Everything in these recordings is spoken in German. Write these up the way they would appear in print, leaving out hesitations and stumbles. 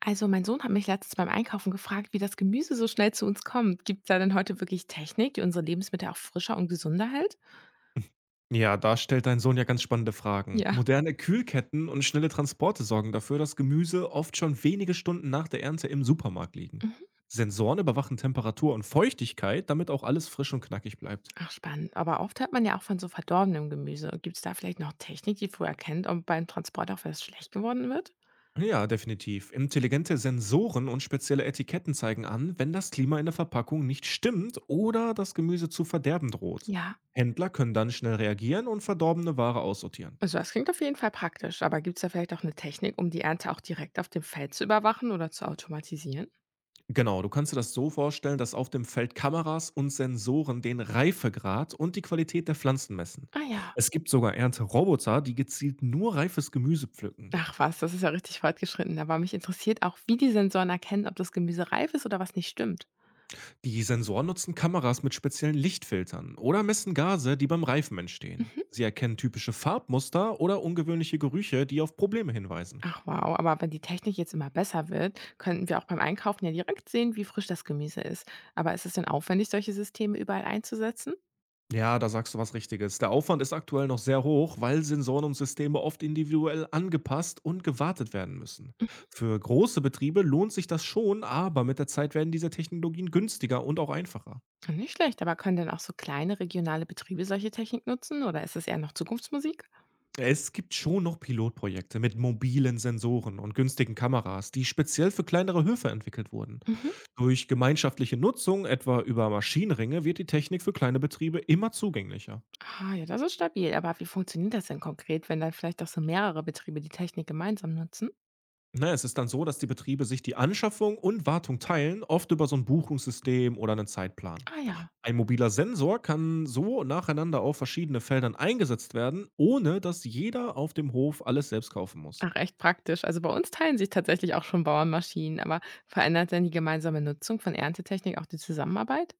Also mein Sohn hat mich letztens beim Einkaufen gefragt, wie das Gemüse so schnell zu uns kommt. Gibt es da denn heute wirklich Technik, die unsere Lebensmittel auch frischer und gesunder hält? Ja, da stellt dein Sohn ja ganz spannende Fragen. Ja. Moderne Kühlketten und schnelle Transporte sorgen dafür, dass Gemüse oft schon wenige Stunden nach der Ernte im Supermarkt liegen. Mhm. Sensoren überwachen Temperatur und Feuchtigkeit, damit auch alles frisch und knackig bleibt. Ach, spannend. Aber oft hört man ja auch von so verdorbenem Gemüse. Gibt es da vielleicht noch Technik, die früher kennt, ob beim Transport auch was schlecht geworden wird? Ja, definitiv. Intelligente Sensoren und spezielle Etiketten zeigen an, wenn das Klima in der Verpackung nicht stimmt oder das Gemüse zu verderben droht. Ja. Händler können dann schnell reagieren und verdorbene Ware aussortieren. Also das klingt auf jeden Fall praktisch. Aber gibt es da vielleicht auch eine Technik, um die Ernte auch direkt auf dem Feld zu überwachen oder zu automatisieren? Genau, du kannst dir das so vorstellen, dass auf dem Feld Kameras und Sensoren den Reifegrad und die Qualität der Pflanzen messen. Ah ja. Es gibt sogar Ernteroboter, die gezielt nur reifes Gemüse pflücken. Ach was, das ist ja richtig fortgeschritten. Aber mich interessiert auch, wie die Sensoren erkennen, ob das Gemüse reif ist oder was nicht stimmt. Die Sensoren nutzen Kameras mit speziellen Lichtfiltern oder messen Gase, die beim Reifen entstehen. Mhm. Sie erkennen typische Farbmuster oder ungewöhnliche Gerüche, die auf Probleme hinweisen. Ach wow, aber wenn die Technik jetzt immer besser wird, könnten wir auch beim Einkaufen ja direkt sehen, wie frisch das Gemüse ist. Aber ist es denn aufwendig, solche Systeme überall einzusetzen? Ja, da sagst du was Richtiges. Der Aufwand ist aktuell noch sehr hoch, weil Sensoren und Systeme oft individuell angepasst und gewartet werden müssen. Für große Betriebe lohnt sich das schon, aber mit der Zeit werden diese Technologien günstiger und auch einfacher. Nicht schlecht, aber können denn auch so kleine regionale Betriebe solche Technik nutzen oder ist es eher noch Zukunftsmusik? Es gibt schon noch Pilotprojekte mit mobilen Sensoren und günstigen Kameras, die speziell für kleinere Höfe entwickelt wurden. Mhm. Durch gemeinschaftliche Nutzung, etwa über Maschinenringe, wird die Technik für kleine Betriebe immer zugänglicher. Ah ja, das ist stabil. Aber wie funktioniert das denn konkret, wenn dann vielleicht auch so mehrere Betriebe die Technik gemeinsam nutzen? Ne, es ist dann so, dass die Betriebe sich die Anschaffung und Wartung teilen, oft über so ein Buchungssystem oder einen Zeitplan. Ah ja. Ein mobiler Sensor kann so nacheinander auf verschiedene Feldern eingesetzt werden, ohne dass jeder auf dem Hof alles selbst kaufen muss. Ach, echt praktisch. Also bei uns teilen sich tatsächlich auch schon Bauernmaschinen, aber verändert denn die gemeinsame Nutzung von Erntetechnik auch die Zusammenarbeit?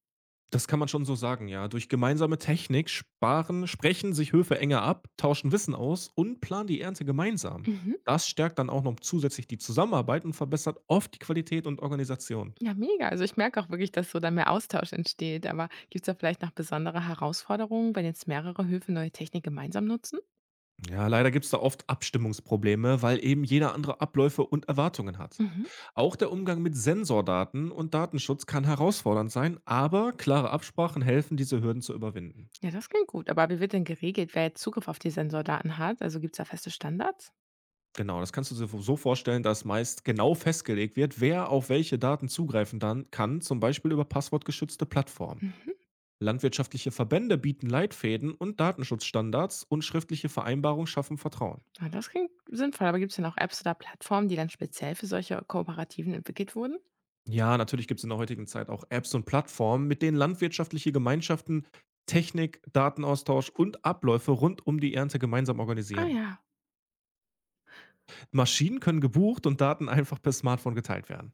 Das kann man schon so sagen, ja. Durch gemeinsame Technik sparen sprechen sich Höfe enger ab, tauschen Wissen aus und planen die Ernte gemeinsam. Mhm. Das stärkt dann auch noch zusätzlich die Zusammenarbeit und verbessert oft die Qualität und Organisation. Ja, mega. Also, ich merke auch wirklich, dass so dann mehr Austausch entsteht. Aber gibt's da vielleicht noch besondere Herausforderungen, wenn jetzt mehrere Höfe neue Technik gemeinsam nutzen? Ja, leider gibt's da oft Abstimmungsprobleme, weil eben jeder andere Abläufe und Erwartungen hat. Mhm. Auch der Umgang mit Sensordaten und Datenschutz kann herausfordernd sein, aber klare Absprachen helfen, diese Hürden zu überwinden. Ja, das klingt gut. Aber wie wird denn geregelt, wer jetzt Zugriff auf die Sensordaten hat? Also gibt's da feste Standards? Genau, das kannst du dir so vorstellen, dass meist genau festgelegt wird, wer auf welche Daten zugreifen dann kann, zum Beispiel über passwortgeschützte Plattformen. Mhm. Landwirtschaftliche Verbände bieten Leitfäden und Datenschutzstandards und schriftliche Vereinbarungen schaffen Vertrauen. Ja, das klingt sinnvoll. Aber gibt's denn auch Apps oder Plattformen, die dann speziell für solche Kooperativen entwickelt wurden? Ja, natürlich gibt es in der heutigen Zeit auch Apps und Plattformen, mit denen landwirtschaftliche Gemeinschaften Technik, Datenaustausch und Abläufe rund um die Ernte gemeinsam Ah organisieren. ja. Maschinen können gebucht und Daten einfach per Smartphone geteilt werden.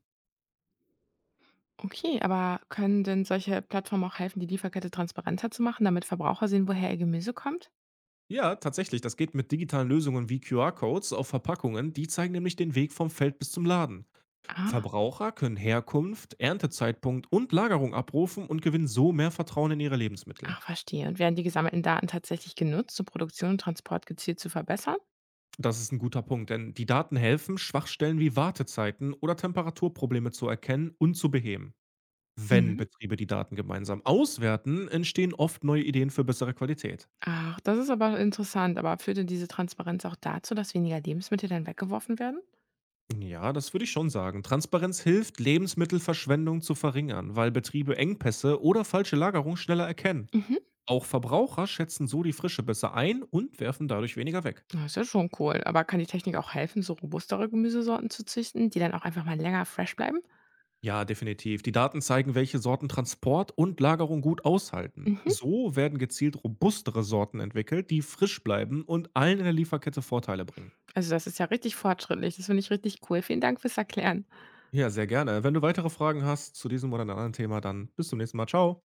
Okay, aber können denn solche Plattformen auch helfen, die Lieferkette transparenter zu machen, damit Verbraucher sehen, woher ihr Gemüse kommt? Ja, tatsächlich, das geht mit digitalen Lösungen wie QR-Codes auf Verpackungen, die zeigen nämlich den Weg vom Feld bis zum Laden. Ah. Verbraucher können Herkunft, Erntezeitpunkt und Lagerung abrufen und gewinnen so mehr Vertrauen in ihre Lebensmittel. Ach, verstehe. Und werden die gesammelten Daten tatsächlich genutzt, um Produktion und Transport gezielt zu verbessern? Das ist ein guter Punkt, denn die Daten helfen, Schwachstellen wie Wartezeiten oder Temperaturprobleme zu erkennen und zu beheben. Wenn Mhm. Betriebe die Daten gemeinsam auswerten, entstehen oft neue Ideen für bessere Qualität. Ach, das ist aber interessant. Aber führt denn diese Transparenz auch dazu, dass weniger Lebensmittel dann weggeworfen werden? Ja, das würde ich schon sagen. Transparenz hilft, Lebensmittelverschwendung zu verringern, weil Betriebe Engpässe oder falsche Lagerung schneller erkennen. Mhm. Auch Verbraucher schätzen so die Frische besser ein und werfen dadurch weniger weg. Das ist ja schon cool. Aber kann die Technik auch helfen, so robustere Gemüsesorten zu züchten, die dann auch einfach mal länger fresh bleiben? Ja, definitiv. Die Daten zeigen, welche Sorten Transport und Lagerung gut aushalten. Mhm. So werden gezielt robustere Sorten entwickelt, die frisch bleiben und allen in der Lieferkette Vorteile bringen. Also das ist ja richtig fortschrittlich. Das finde ich richtig cool. Vielen Dank fürs Erklären. Ja, sehr gerne. Wenn du weitere Fragen hast zu diesem oder einem anderen Thema, dann bis zum nächsten Mal. Ciao.